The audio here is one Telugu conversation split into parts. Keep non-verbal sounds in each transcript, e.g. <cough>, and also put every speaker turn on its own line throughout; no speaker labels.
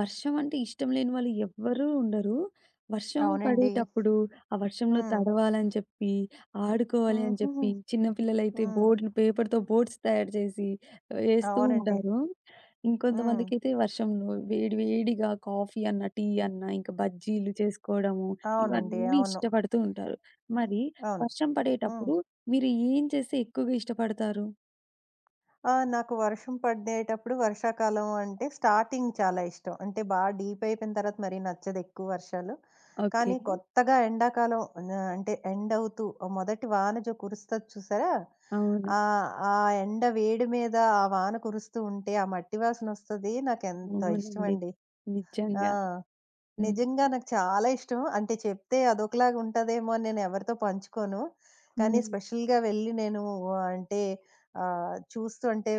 వర్షం అంటే ఇష్టం లేని వాళ్ళు ఎవ్వరూ ఉండరు. వర్షం
అవునండి.
పడేటప్పుడు, ఆ వర్షంలో
హ్మ్.
తడవాలని చెప్పి, ఆడుకోవాలి అని
హుహుహు.
చెప్పి, చిన్న పిల్లలైతే
హ్మ్.
బోర్డ్‌లు పేపర్‌తో బోర్డ్స్ తయారు చేసి వేస్తూ
అవునండి.
ఉంటారు.
హ్మ్.
ఇంకొంతమందికైతే వర్షంలో వేడి వేడిగా కాఫీ అన్నా, టీ అన్నా, ఇంకా బజ్జీలు చేసుకోవడము,
అవునండి.
ఇవన్నీ
అవును.
ఇష్టపడుతూ ఉంటారు. మరి
అవును.
వర్షం
హ్మ్.
పడేటప్పుడు మీరు ఏం చేస్తే ఎక్కువగా ఇష్టపడతారు?
ఆ! నాకు వర్షం పడేటప్పుడు వర్షాకాలం అంటే స్టార్టింగ్ చాలా ఇష్టం. అంటే బాగా డీప్ అయిపోయిన తర్వాత మరీ నచ్చదు ఎక్కువ వర్షాలు.
ఓకే.
కానీ కొత్తగా ఎండాకాలం అంటే ఎండ్ అవుతూ మొదటి వాన జో కురుస్తది చూసారా?
అవును.
ఆహ్, ఆ ఎండ వేడి మీద ఆ వాన కురుస్తూ ఉంటే ఆ మట్టి వాసనొస్తది. నాకెంత
అవునండి.
ఇష్టమండి. ఆ!
నిజంగా. హ్మ్.
నిజంగా నాకు చాలా ఇష్టం. అంటే చెప్తే అదొకలాగా ఉంటదేమో అని నేను ఎవరితో పంచుకోను. కానీ
హ్మ్.
స్పెషల్‌గా వెళ్ళి నేను ఆ, అంటే చూస్తూ అంటే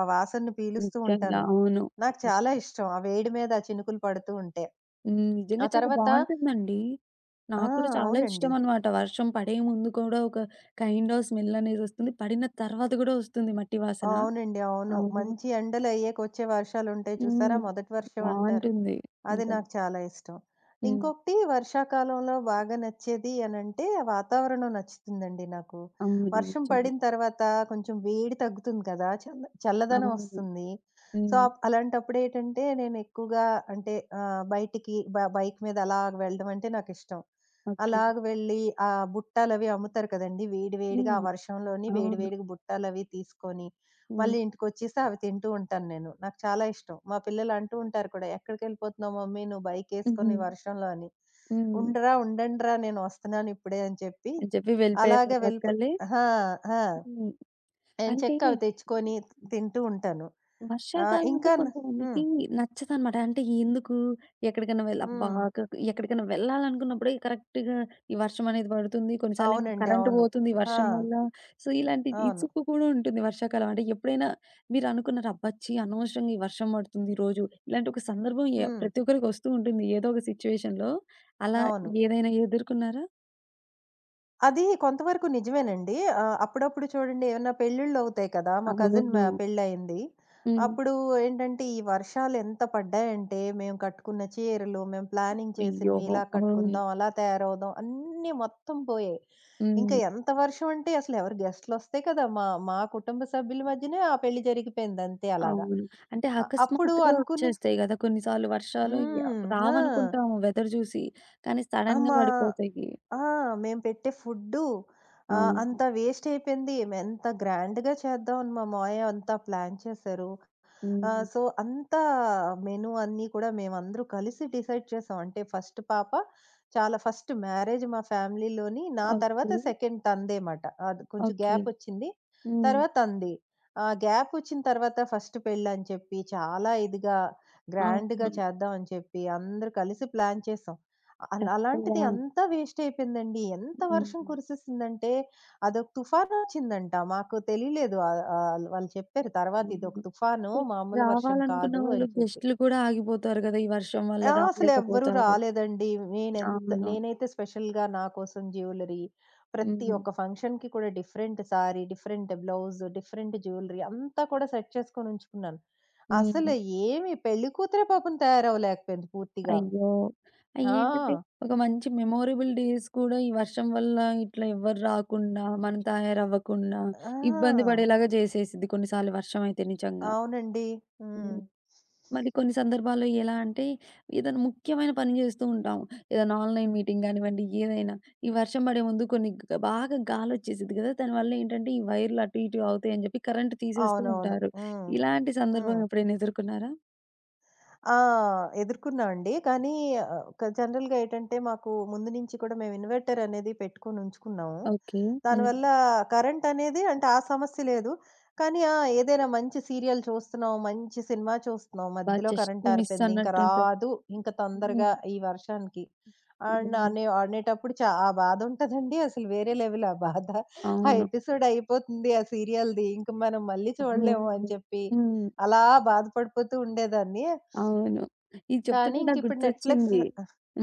ఆ వాసనను పీలుస్తూ
నిజంగా.
ఉంటాను.
అవును.
నాకు చాలా ఇష్టం. ఆ వేడి మీద ఆ చినుకులు పడుతూ ఉంటే.
హ్మ్.
ఆ
నిజంగా చాలా
తర్వాత
బావుంటుందండి.
ఆ!
నాకు కూడా చాలా
అవునండి.
ఇష్టమనమాట. వర్షం పడే ముందు కూడా ఒక కైండ్ ఆఫ్ స్మెల్ అనేదొస్తుంది. పడిన తర్వాత గూడా వస్తుంది మట్టి వాసన.
అవునండి. అవును.
అవును.
మంచి ఎండలు అయ్యాక వచ్చే వర్షాలుంటాయి చూసారా?
హ్మ్.
మొదటి వర్షం అంటారు.
బావుంటుంది.
అది
నిజం.
నాకు చాలా ఇష్టం.
హ్మ్.
ఇంకొకటి వర్షాకాలంలో బాగా నచ్చేది అనంటే, వాతావరణం నచ్చుతుందండి నాకు.
అవును.
వర్షం
నిజంగా.
పడిన తర్వాత కొంచెం వేడి తగ్గుతుంది కదా! చల్లదనం
అవును.
వస్తుంది. సో,
హ్మ్.
అలాంటప్పుడేటంటే నేనెక్కువగా అంటే ఆహ్, బయటికి బైక్ మీద అలాగ వెళ్ళడం అంటే నాకిష్టం.
ఓకే.
అలాగ వెళ్ళి ఆ బుట్టలవి అమ్ముతారు కదండీ!
హ్మ్.
వేడి
అవును.
వేడిగా బుట్టలవి తీసుకొని,
హ్మ్.
మళ్ళీ ఇంటికొచ్చేసి అవి తింటూ ఉంటాను నేను. నాకు చాలా ఇష్టం. మా పిల్లలు అంటూ ఉంటారు కూడా, "ఎక్కడికెళ్ళిపోతున్నావు మమ్మీ నువ్వు
హుహు.
బైకేసుకొని వర్షంలో" అని.
హ్మ్.
"ఉండరా, ఉండండిరా నేను వస్తున్నాను ఇప్పుడే" అని చెప్పి
అని చెప్పి
అలాగా వెళ్ళిపో
వెళ్ళిపోయేవాళ్ళొక్కళ్ళే.
ఆ! ఆ!
హ్మ్. అంటే
ఎంచక్కా అవి తెచ్చుకొని తింటూ ఉంటాను.
వర్షాకాలం అంటే
ఇంకా
కొంతమందికి
హ్మ్.
నచ్చదనమాట. అంటే ఎందుకు ఎక్కడికైనా వెళ్ అబ్బా!
హ్మ్.
క ఎక్కడికైనా వెళ్ళాలనుకున్నప్పుడే కరెక్ట్‌గా ఈ వర్షం అనేది పడుతుంది. కొన్నిసార్లేమో
అవునండి.
కరెంట్
అవును.
పోతుంది ఈ
ఆ!
వర్షం వల్ల. సో, ఇలాంటి
అవును.
ఇసుక్కు కూడా ఉంటుంది వర్షాకాలం. అంటే ఎప్పుడైనా మీరనుకున్నారా అబ్బా! ఛీ! అనవసరంగా ఈ వర్షం పడుతుంది ఈరోజు. ఇలాంటి ఒక సందర్భం
హ్మ్.
ప్రతి ఒక్కరికి వస్తూ ఉంటుంది ఏదో ఒక సిచ్యుయేషన్‌లో. అలా
అవును.
ఏదైనా ఎదుర్కొన్నారా?
అది కొంతవరకు నిజమేనండి. అప్పుడప్పుడు చూడండి ఏమన్నా పెళ్ళిళ్ళవుతాయి కదా! మా కజిన్
అవును.
పెళ్ళయింది.
హ్మ్.
అప్పుడు ఏంటంటే, ఈ వర్షాలు ఎంత పడ్డాయంటే, మేము కట్టుకున్న చీరలు, మేము ప్లానింగ్
అయ్యో!
చేసినవి, ఇలా
అవును.
కట్టుకుందాం, అలా తయారవుదాం అన్నీ మొత్తం పోయాయి. ఇంకా
హ్మ్.
ఎంత వర్షం అంటే అసలు ఎవరు గెస్ట్‌లొస్తే కదా! మా మా కుటుంబ సభ్యుల మధ్యనే ఆ పెళ్లి జరిగిపోయిందంతే అలాగా.
అవును. అంటే
అప్పుడు
అకస్మాత్తుగా
అనుకుని
వచ్చేస్తాయి గదా! కొన్నిసార్లు వర్షాలు
హ్మ్. ఆ!
రావనుకుంటాము వెదర్ జూసి. కానీ
ఆ!
సడెన్‌గా
మా
పడిపోతాయి.
ఆ! మేము పెట్టే ఫుడ్డు
అవును.
అంత వేస్ట్ అయిపోయింది. ఎంత గ్రాండ్‌గా చేద్దామని మా మావయ్య అంతా ప్లాన్ చేశారు.
హ్మ్.
సో, అంతా మెను అన్నీ కూడా మేమందరూ కలిసి డిసైడ్ చేసాం. అంటే ఫస్ట్ పాప చాలా ఫస్ట్ మ్యారేజ్ మా ఫ్యామిలీలోని. నా తర్వాత
ఓకే.
సెకండ్ తనదేమాట. అది కొంచెం
ఓకే.
గ్యాప్ వచ్చింది.
హ్మ్.
తర్వాత తనది. ఆ గ్యాప్ వచ్చిన తర్వాత ఫస్ట్ పెళ్ళని చెప్పి చాలా ఇదిగా గ్రాండ్‌గా
అవును.
చేద్దాం అని చెప్పి అందరూ కలిసి ప్లాన్ చేసాం. అల
తక్కువ.
అలాంటిది అంతా వేస్ట్ అయిపోయిందండి. ఎంత వర్షం
హ్మ్.
కురిసేసిందంటే, అదొక తుఫానొచ్చిందంట. మాకు తెలియలేదు. ఆహ్, ఆహ్, వాళ్ళు చెప్పారు తర్వాత, "ఇదొక
అవును.
తుఫాను,
అంటే
మామూలు వర్షం
రావాలనుకున్న
కాదు"
వాళ్ళు
అని చెప్పి.
గెస్టులు కూడా ఆగిపోతారు గదా! ఈ వర్షం వల్ల
ఆ! అసలెవ్వరూ
రాలేకపోతారు.
రాలేదండి.
అవును.
నేనైతే స్పెషల్‌గా నా కోసం జ్యువెలరీ, ప్రతి
హ్మ్.
ఒక్క ఫంక్షన్‌కి కూడా different sari, different blouse, different jewellery అంతా కూడా సెట్ చేసుకొని ఉంచుకున్నాను.
హ్మ్.
అసలు ఏమి పెళ్లి కూతురే పాపం తయారవ్వలేకపోయింది పూర్తిగా.
అయ్యో! అయ్యేంటంటే
ఆ!
ఒక మంచి మెమోరబుల్ డేస్ కూడా ఈ వర్షం వల్ల ఇట్లా ఎవ్వరు రాకుండా, మనం తయారవ్వకుండా ఇబ్బంది
ఆ!
పడేలాగా జేసేసిద్ది కొన్నిసార్లు వర్షమయితే నిజంగా.
అవునండి. హ్మ్.
హ్మ్. మరి కొన్ని సందర్భాల్లో ఎలా అంటే ఏదైనా ముఖ్యమైన పని జేస్తూ ఉంటాం. ఏదైనా ఆన్‌లైన్ మీటింగ్ గానివ్వండి, ఏదైనా. ఈ వర్షం పడే ముందు కొన్ని గ బాగా గాలోచ్చేసిద్ది గదా! దానివల్ల ఏంటంటే ఈ వైర్లు అటు ఇటు అవుతాయని జెప్పి కరెంట్ తీసేస్తూ
అవునవును.
ఉంటారు.
హ్మ్.
ఇలాంటి సందర్భం
హ్మ్.
ఎప్పుడైనా ఎదుర్కొన్నారా?
ఆ! ఎదుర్కున్నా అండి. కానీ ఆహ్, క జనరల్‌గా ఏటంటే మాకు ముందు నుంచి కూడా మేము ఇన్వర్టర్ అనేది పెట్టుకొని ఉంచుకున్నాము.
ఓకే. హ్మ్.
దానివల్ల కరెంట్ అనేది అంటే ఆ సమస్య లేదు. కానీ ఆ! ఏదైనా మంచి సీరియల్ చూస్తున్నాం, మంచి సినిమా చూస్తున్నాం, మధ్యలో
జస్ట్
కరెంట్
మిస్
ఆరిపోయింది. ఇంక
అన్నట్టుంటది.
రాదు. ఇంక తొందరగా
హ్మ్.
ఈ వర్షానికి అండ్
అవును.
అనే అనేటప్పుడు చా ఆ బాధ ఉంటదండి. అసలు వేరే లెవెల్ ఆ బాధ. ఆ
అవును.
ఎపిసోడ్ అయిపోతుంది ఆ సీరియల్‌ది. ఇంక మనం మళ్ళీ చూడలేము అని
అవును.
చెప్పి
హ్మ్.
అలా బాధపడిపోతూ ఉండేదాన్ని.
అవును. ఇది
కానీ
చెప్తుంటే నాకు
ఇంకిప్పుడు నెట్‌ఫ్లిక్స్
గుర్తొచ్చింది.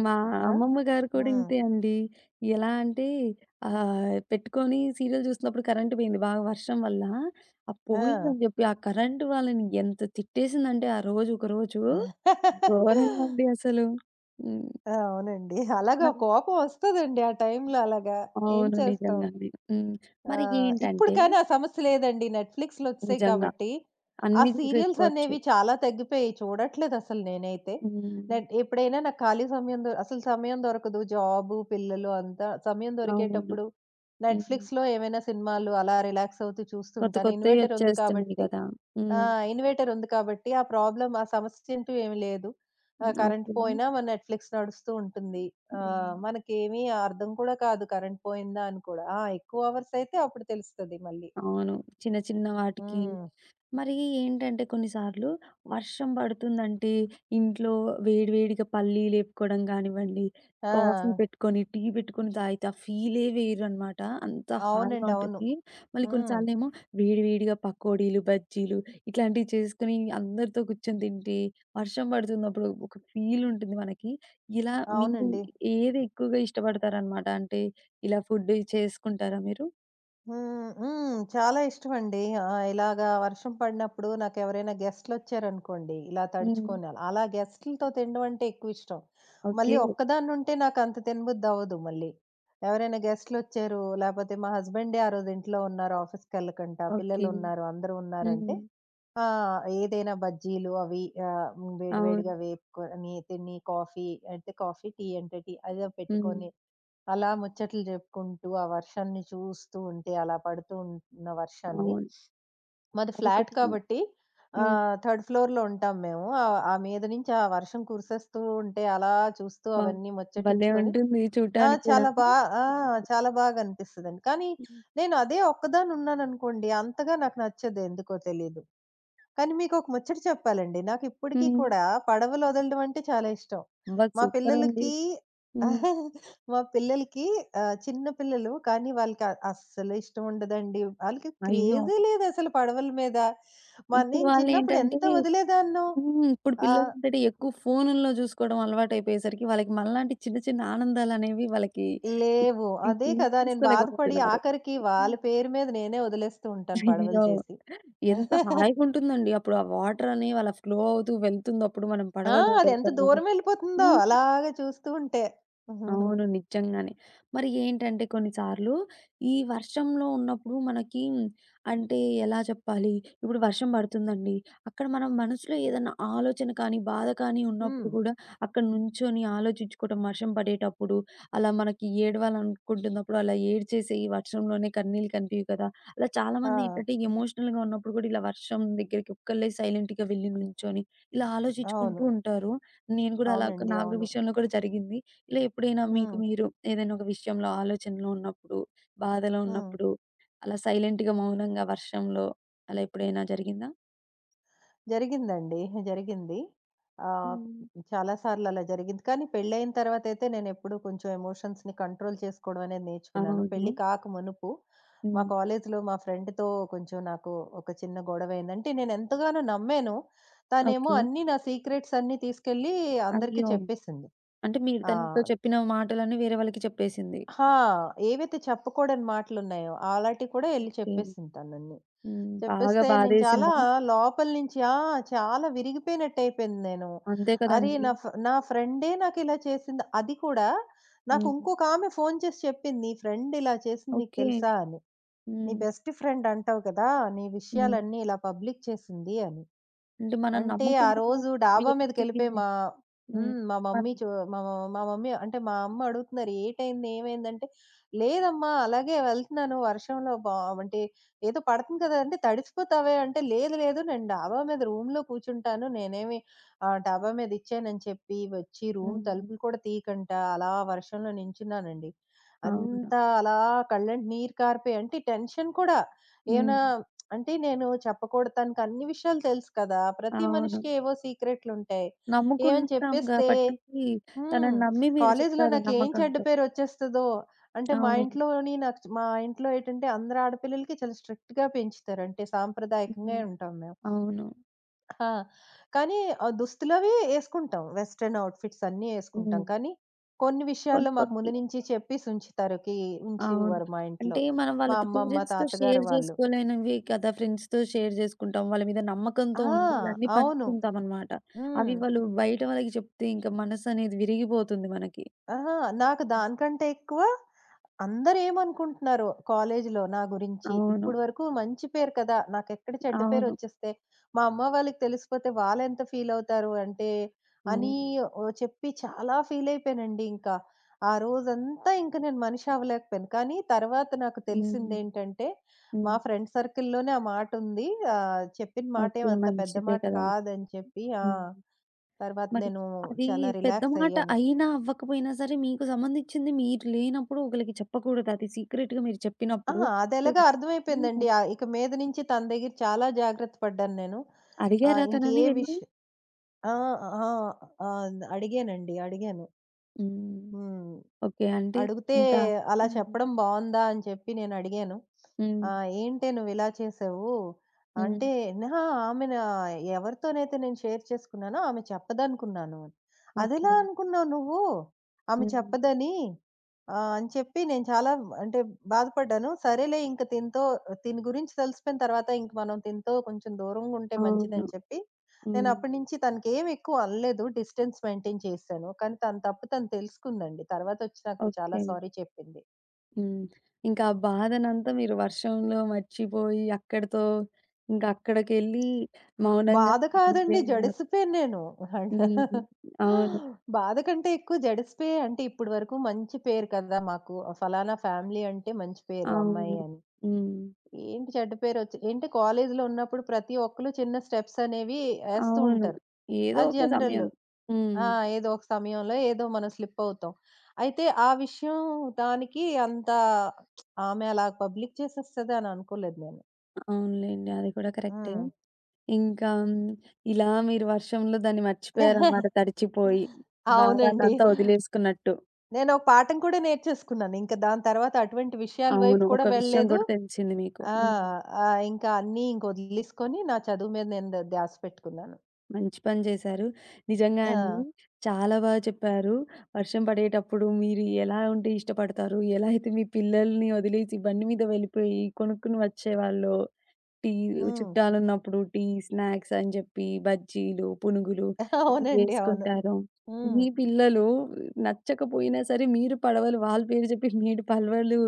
మా
ఆ!
అమ్మమ్మ గారు కూడా
హ్మ్.
ఇంతే అండి. ఎలా అంటే ఆహ్, పెట్టుకొని సీరియల్ చూస్తున్నప్పుడు కరెంట్ పోయింది బాగా వర్షం వల్ల. ఆ
ఆ!
పోయిందని చెప్పి ఆ కరెంట్ వాళ్ళని ఎంత తిట్టేసిందంటే ఆ రోజు ఒకరోజు ఘోరంగా అండి అసలు. హ్మ్.
అవునండి. అలాగా
మరి
కోపం వస్తదండి ఆ టైంలో అలాగా. ఏం
అవును.
చేస్తాం.
నిజంగానే. హ్మ్.
ఆ!
మరి
ఇప్పుడు
ఏంటంటే
కానీ ఆ సమస్య లేదండి. నెట్‌ఫ్లిక్స్‌లో వచ్చేసాయి
నిజంగా
కాబట్టి, ఆ
అన్నీ
సీరియల్స్
చూసేసుకోవచ్చు.
అనేవి చాలా తగ్గిపోయాయి. చూడట్లేదు అసలు నేనైతే.
హ్మ్.
నెట్ ఎప్పుడైనా నాకు ఖాళీ సమయం దొ అసలు సమయం దొరకదు. జాబు, పిల్లలు అంతా సమయం
అవును.
దొరికేటప్పుడు
హ్మ్.
నెట్‌ఫ్లిక్స్‌లో ఏమైనా సినిమాలు అలా రిలాక్స్ అవుతూ
కొత్త
చూస్తుంటాను. ఇన్వర్టర్ ఉంది
కొత్తయొచ్చేస్తున్నాయి
కాబట్టి
గదా!
ఆ!
హ్మ్.
ఇన్‌వర్టర్ ఉంది కాబట్టి, ఆ సమస్య అంటూ ఏమి లేదు. Current
okay.
పోయినా మన నెట్‌ఫ్లిక్స్ నడుస్తూ ఉంటుంది.
హ్మ్.
మనకేమీ అర్థం కూడా కాదు కరెంట్ పోయిందా అని కూడా. ఆ! ఎక్కువ అవర్స్ అయితే అప్పుడు తెలుస్తది మళ్ళీ.
అవును. చిన్న చిన్న వాటికి.
హ్మ్.
మరి ఏంటంటే కొన్నిసార్లు వర్షం పడుతుందంటే ఇంట్లో వేడివేడిగా పల్లి లేపుకోవడం కానివ్వండి, కాఫీ
ఆ!
పెట్టుకొని, టీ పెట్టుకొని తాగితే ఆ ఫీలే వేరనమాట. అంత హాయిగా
అవునండి. అవును.
ఉంటుంది. మళ్ళీ
హ్మ్.
కొన్నిసార్లేమో వేడివేడిగా పకోడీలు, బజ్జీలు ఇట్లాంటివి చేసుకొని అందరితో కూర్చొని తింటే వర్షం పడుతున్నప్పుడు ఒక ఫీల్ ఉంటుంది మనకి. ఇలా మీరు
అవునండి.
ఏది ఎక్కువగా ఇష్టపడతారనమాట? అంటే ఇలా ఫుడ్ చేసుకుంటారా మీరు?
హ్మ్. హ్మ్. చాలా ఇష్టమండి. ఇలాగా వర్షం పడినప్పుడు నాకెవరైనా గెస్ట్‌లొచ్చారనుకోండి, ఇలా
హ్మ్.
తడుచుకొని అలా. అలా గెస్ట్‌లతో తినడం అంటే ఎక్కువిష్టం.
ఓకే.
మళ్ళీ ఒక్కదాన్నుంటే నాకంత తినబుద్దవ్వదు మళ్ళీ. ఎవరైనా గెస్ట్‌లొచ్చారు, లేపోతే మా హస్బెండే ఆ రోజు ఇంట్లో ఉన్నారు, ఆఫీస్‌కెళ్ళకంట,
ఓకే.
పిల్లలున్నారు, అందరూ ఉన్నారంటే
హ్మ్.
ఆ! ఏదైనా బజ్జీలు అవి ఆహ్, వేడి
అవును.
వేడిగా వేపుకొని తిని కాఫీ టీ అంటే టీ అదో
హ్మ్.
పెట్టుకొని అలా ముచ్చట్లు జెప్పుకుంటూ, ఆ వర్షాన్ని చూస్తూ ఉంటే, అలా పడుతూ ఉన్న వర్షాన్ని
అవును.
మాది ఫ్లాట్
అదొకటి
కాబట్టి
హ్మ్.
థర్డ్ ఫ్లోర్‌లో ఉంటాం మేము. ఆ మీద నుంచి ఆ వర్షం కురిసేస్తూ ఉంటే, అలా చూస్తూ
వా
అవన్నీ
భలే
ముచ్చటించుకొని
ఉంటుంది
ఆ!
చూడటానికి కూడా.
చాలా బా ఆ!
హ్మ్.
చాలా బాగా అనిపిస్తదండి. కానీ
హ్మ్.
నేను అదే ఒక్కదాన్నున్నాననుకోండి, అంతగా నాకు నచ్చదు ఎందుకో తెలీదు. కానీ మీకొక ముచ్చట చెప్పాలండి. నాకిప్పటికి
హ్మ్.
కూడా పడవలు వదలడం అంటే చాలా ఇష్టం.
అబ్బా!
మా
సూపరండి.
పిల్లలకి
హ్మ్.
<laughs> మా పిల్లలకి చిన్న పిల్లలు కానీ వాళ్ళకి అస్సలు ఇష్టం ఉండదండి. ఆళ్ళకి
అయ్యో!
క్రేజే లేదసలు పడవల మీద.
ఇప్పుడు
నేను చిన్నప్పుడు
వాళ్ళేంటంటే
ఎంత వదిలేదాన్నో.
హ్మ్. ఇప్పుడు
ఆహ్,
పిల్లలేంటంటే ఎక్కువ ఫోనుల్లో చూసుకోవడం అలవాటయిపోయేసరికి వాళ్ళకి మనలాంటి చిన్న చిన్న ఆనందాలనేవి వాళ్ళకి
లేవు.
హ్మ్.
అదే
హ్మ్.
కదా! నేను బాధపడి
తీసుకోలేకపోతున్నారు.
ఆఖరికి వాళ్ళ
హ్మ్.
పేరు మీద నేనే వదిలేస్తూ ఉంటాను పడవలు
అయ్యో!
చేసి.
ఎంత
<laughs>
హాయిగుంటుందండి అప్పుడు ఆ వాటరని అలా ఫ్లో అవుతూ వెళ్తుందప్పుడు మనం
ఆ!
పడవలో
అదెంత
వెళ్తాము.
దూరమెళ్ళిపోతుందో
హ్మ్.
అలాగా చూస్తూ ఉంటే.
అవును.
<laughs>
నిజంగానే. మరి ఏంటంటే కొన్నిసార్లు ఈ వర్షంలో ఉన్నప్పుడు మనకి అంటే ఎలా చెప్పాలి? ఇప్పుడు వర్షం పడుతుందండి. అక్కడ మనం మనసులో ఏదన్నా ఆలోచన కానీ, బాధ కానీ ఉన్నప్పుడు
హ్మ్.
కూడా అక్కడ నుంచొని ఆలోచించుకోవటం వర్షం పడేటప్పుడు, అలా మనకి ఏడవాలనుకుంటున్నప్పుడు అలా ఏడ్చేసి ఈ వర్షంలోనే కన్నీళ్ళు కనిపియవు కదా! అలా
ఆ!
చాలామంది ఏంటంటే ఎమోషనల్‌గా ఉన్నప్పుడు కూడా ఇలా వర్షం దగ్గరికి ఒక్కళ్ళే సైలెంట్‌గా వెళ్లి నుంచొని ఇలా
అవును.
ఆలోచించుకుంటూ ఉంటారు. నేను కూడా అలా ఒక
అవునండి.
నా
అవును.
విషయంలో కూడా జరిగింది. ఇలా ఎప్పుడైనా మీకు
హ్మ్.
మీరు ఏదైనా ఒక విషయంలో ఆలోచనలో ఉన్నప్పుడు, బాధలో
హ్మ్.
ఉన్నప్పుడు అలా సైలెంట్‌గా మౌనంగా వర్షంలో అలా ఎప్పుడైనా జరిగిందా?
జరిగిందండి. జరిగింది. ఆహ్,
హ్మ్.
చాలా సార్లు అలా జరిగింది. కానీ పెళ్ళయిన తర్వాతయితే నేనెప్పుడూ కొంచెం ఎమోషన్స్‌ని కంట్రోల్ చేసుకోవడం అనేది నేర్చుకున్నాను. పెళ్లి
అవును.
కాక మునుపు మా
హ్మ్.
కాలేజీలో మా ఫ్రెండ్‌తో కొంచెం నాకు ఒక చిన్న గొడవయింది. అంటే నేనెంతగానో నమ్మాను. తనేమో
ఓకే.
అన్నీ నా సీక్రెట్స్ అన్నీ తీసుకెళ్ళి అందరికీ
అయ్యో!
చెప్పేసింది.
అంటే మీరు
ఆ!
తనతో చెప్పిన మాటలన్నీ వేరే వాళ్ళకి చెప్పేసింది.
హా! ఏవైతే చెప్పకూడని మాటలున్నాయో, ఆలాటివి కూడా ఎళ్లి
ఓకే.
చెప్పేసింది తనన్నీ.
హ్మ్. బాగా
చెప్పేస్తే నేను చాలా
బాధేసిందా?
లోపల నుంచి ఆ! చాలా విరిగిపోయినట్టయిపోయింది నేను.
అంతే
అరే!
కదండీ.
నా ఫ్రెండే నాకిలా చేసింది. అది కూడా నాకు
హ్మ్.
ఇంకొక ఆమె ఫోను చేసి చెప్పింది. "నీ ఫ్రెండ్ ఇలా చేసింది నీకు
ఓకే.
తెలుసా?" అని. "నీ
హ్మ్.
బెస్ట్ ఫ్రెండ్ అంటావు కదా! నీ
హ్మ్.
విషయాలన్నీ ఇలా పబ్లిక్ చేసింది" అని.
అంటే మనం
అంటే ఆ
నమ్ముకున్న
రోజు డాబా
వ్యక్తి
మీదకెళ్ళిపోయి
హ్మ్.
మా
హ్మ్.
హ్మ్.
అవును.
మా మ మా మమ్మీ అంటే మా అమ్మ అడుగుతున్నారు, "ఏటయింది? ఏమైందంటే?" "లేదమ్మా అలాగే వెళ్తున్నాను వర్షంలో అంటే ఏదో పడుతుంది కదా! అంటే తడిసిపోతావే" అంటే, "లేదు లేదు నేను డాబా మీద రూమ్‌లో కూర్చుంటాను. నేనేమి డాబా మీద ఇచ్చానని చెప్పి వచ్చి రూమ్ తలుపులు కూడా తీయకంట అలా వర్షంలో నించున్నానండి. అంతా అలా కళ్ళంట నీరు కారిపోయి" అంటే టెన్షన్ కూడా ఏమైనా
హ్మ్.
అంటే నేను చెప్పకూడదు తనకు అన్ని విషయాలు తెలుసు కదా! ప్రతి
అవును.
మనిషికి ఏవో సీక్రెట్లుంటాయి. ఏమని
నమ్ముకుంటాం
చెప్పేస్తే,
గాబట్టి,
హ్మ్.
తనని నమ్మి మీరు
కాలేజీలో
చెప్పారు
నాకేం చెడ్డ
నమ్మకంతో.
పేరొచ్చేస్తదో! అంటే
అవును.
మా ఇంట్లో ఏటంటే అందరు ఆడపిల్లలకి చాలా స్ట్రిక్ట్‌గా పెంచుతారు. అంటే సాంప్రదాయకంగా
హ్మ్.
ఉంటాం మేము.
అవును.
ఆ! కానీ దుస్తులవి యేసుకుంటాం. వెస్టర్న్ ఔట్‌ఫిట్స్ అన్నీ యేసుకుంటాం.
హ్మ్.
కానీ కొన్ని
కొన్ని
విషయాల్లో మాకు
కొన్ని
ముందు నుంచి చెప్పేసి ఉంచుతారుకి
అవును.
ఉంచేవారు మా ఇంట్లో.
అంటే మనం
మా
వాళ్ళతో
అమ్మమ్మ,
పేరెంట్స్‌తో షేర్
తాతగారు వాళ్ళు.
జేసుకోలేనివి కదా! ఫ్రెండ్స్‌తో షేర్ జేసుకుంటాం. వాళ్ళ మీద
ఆ!
నమ్మకంతో ఉండి అన్నీ
అవును.
పంచుకుంటామనమాట. అవి
హ్మ్.
వాళ్ళు బయట వాళ్ళకి చెప్తే ఇంకా మనసనేది విరిగిపోతుంది మనకి.
అహా! నాకు దానికంటే ఎక్కువ అందరేమనుకుంటున్నారో కాలేజీలో నా గురించి.
అవును.
ఇప్పటి వరకు మంచి పేరు కదా! నాకెక్కడ చెడ్డ పేరు
అవును.
వచ్చేస్తే, మా అమ్మ వాళ్ళకి తెలిసిపోతే వాళ్ళెంత ఫీలవుతారు అంటే, అని
అవును.
చెప్పి చాలా ఫీలయిపోయానండి ఇంకా. ఆ రోజంతా ఇంక నేను మనిషి అవ్వలేకపోయాను. కానీ తర్వాత నాకు
హ్మ్.
తెలిసిందేంటంటే, మా
హ్మ్.
ఫ్రెండ్ సర్కిల్‌లోనే ఆ మాటుంది. చెప్పిన
ఓకే.
మాటేం అంత పెద్ద
మంచిదే
మాట
కదా!
కాదని చెప్పి ఆ!
హ్మ్.
తర్వాత
మరి
నేను
అది
చాలా
పెద్ద
రిలాక్స్
మాట
అయ్యాను.
అయినా, అవ్వకపోయినా సరే మీకు సంబంధించింది మీరు లేనప్పుడు ఒకళ్ళకి చెప్పకూడదు. అది సీక్రెట్‌గా మీరు
ఆ!
చెప్పినప్పుడు
అదెలాగో
సరే హ్మ్.
అర్థమైపోయిందండి. ఇక మీద నుంచి తన దగ్గర చాలా జాగ్రత్త పడ్డాను నేను. ఆహ్,
అడిగారా
ఇంకే
తనని వెళ్లి?
విష్ ఆ! ఆ! ఆ! అడిగానండి. అడిగాను.
హ్మ్.
హ్మ్.
ఓకే. అంటే
అడిగితే
ఇంకా
అలా
హ్మ్.
చెప్పడం బావుందా? అని చెప్పి నేనడిగాను.
హ్మ్.
"ఏంటే నువ్విలా చేసావు?"
హ్మ్.
అంటే, "అహా! ఆమె నా ఎవరితోనైతే నేను షేర్ చేసుకున్నానో ఆమె చెప్పదనుకున్నాను." అని.
ఓకే.
"అదెలా అనుకున్నావు నువ్వు? ఆమె
హ్మ్.
చెప్పదని?" అని చెప్పి నేను చాలా అంటే బాధపడ్డాను. సరేలే ఇంక తినతో తిని గురించి తెలిసిపోయిన తర్వాత ఇంక మనం తినతో కొంచెం దూరంగుంటే
అవును.
మంచిదని చెప్పి
హ్మ్.
నేనప్పటి నుంచి తనకేమి ఎక్కువ అనలేదు. డిస్టెన్స్ మెయింటైన్ చేశాను. కానీ తన తప్పు తను తెలుసుకుందండి. తర్వాతొచ్చి నాకు చాలా
ఓకే.
సారీ చెప్పింది.
హ్మ్. ఇంకా ఆ బాధనంతా మీరు వర్షంలో మర్చిపోయి అక్కడితో ఇంకా అక్కడికెళ్ళి మౌనంగా
బాధ
మీరే
కాదండి
ఉన్నారు.
జడిసిపోయాను నేను.
హ్మ్. అవును.
<gasps> బాధ కంటే ఎక్కువ జడిసిపోయి అంటే ఇప్పటి వరకు మంచి పేరు కదా! మాకు ఫలానా ఫ్యామిలీ అంటే మంచి పేరు ఆ అమ్మాయి
అవును.
అని.
హ్మ్.
ఏంటి చెడ్డ పేరొచ్చి ఏంటే కాలేజీలో ఉన్నప్పుడు ప్రతి ఒక్కళ్ళు చిన్న స్టెప్స్ అనేవి ఏస్తూ
అవును.
ఉంటారు.
ఏదో
అది
ఒక
జనరల్.
సమయం. హ్మ్.
ఆ! ఏదో ఒక సమయంలో ఏదో మనం స్లిప్ అవుతాం. అయితే ఆ విషయం దానికి అంత ఆమె అలా పబ్లిక్ చేసేస్తది అని అనుకోలేదు నేను.
అవునులెండి. అది కూడా కరెక్టే.
హ్మ్.
ఇంకా హ్మ్, ఇలా మీరు వర్షంలో దాన్ని మర్చిపోయారన్నమాట
<laughs>
తడిచిపోయి.
అవునండి.
భారాన్నంతా వదిలేసుకున్నట్టు.
నేను ఒక పాఠం కూడా నేర్చేసుకున్నాను. ఇంక దాని తర్వాత అటువంటి విషయాల వైపు
అవును. ఒక
కూడా
విషయం
వెళ్ళలేదు.
కూడా తెలిసింది మీకు.
ఆ!
హ్మ్.
ఆ! ఇంకా అన్నీ ఇంక వదిలేసుకొని నా చదువు మీద నేను ధ్యాస పెట్టుకున్నాను.
మంచి పని చేశారు. నిజంగా అండి.
ఆ!
చాలా బాగా చెప్పారు. వర్షం పడేటప్పుడు మీరు ఎలా ఉంటే ఇష్టపడతారు? ఎలా అయితే మీ పిల్లల్ని వదిలేసి బండి మీద వెళ్ళిపోయి కొనుక్కుని వచ్చేవాళ్ళో టీ
హ్మ్.
చుట్టాలున్నప్పుడు టీ, స్నాక్స్ అని జెప్పి బజ్జీలు, పునుగులు ఇవి
అవునండి. అవును.
జేసుకుంటారు.
హ్మ్.
మీ పిల్లలు నచ్చకపోయినా సరే మీరు పడవలు వాళ్ళ పేరు జెప్పి మీరు పడవలు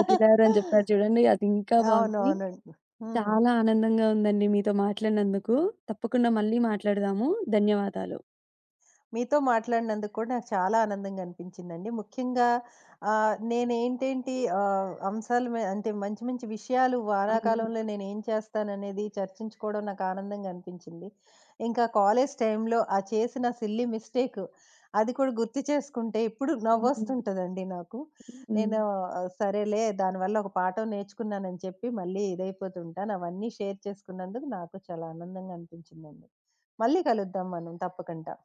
వదిలారని జెప్పారు చూడండి. అది ఇంకా బాగుంది.
అవునవునండి. హ్మ్. <laughs>
చాలా ఆనందంగా ఉందండి మీతో మాట్లాడినందుకు. తప్పకుండా మళ్ళీ మాట్లాడదాము. ధన్యవాదాలు.
మీతో మాట్లాడినందుకు కూడా నాకు చాలా ఆనందంగా అనిపించిందండి. ముఖ్యంగా ఆహ్, నేనేంటేంటి ఆహ్, అంశాల మే అంటే మంచి మంచి విషయాలు
అవును.
వానాకాలంలో నేనేం చేస్తాననేది చర్చించుకోవడం నాకు ఆనందంగా అనిపించింది. ఇంకా కాలేజ్ టైంలో ఆ చేసిన సిల్లీ మిస్టేకు అది కూడా గుర్తు చేసుకుంటే ఇప్పుడు
హ్మ్.
నవ్వొస్తుంటదండి నాకు.
హ్మ్.
నేను సరేలే దానివల్ల ఒక పాఠం నేర్చుకున్నానని చెప్పి మళ్ళీ ఇదైపోతుంటాను. అవన్నీ షేర్ చేసుకున్నందుకు నాకు చాలా ఆనందంగా అనిపించిందండి. మళ్ళీ కలుద్దాం మనం తప్పకుండా.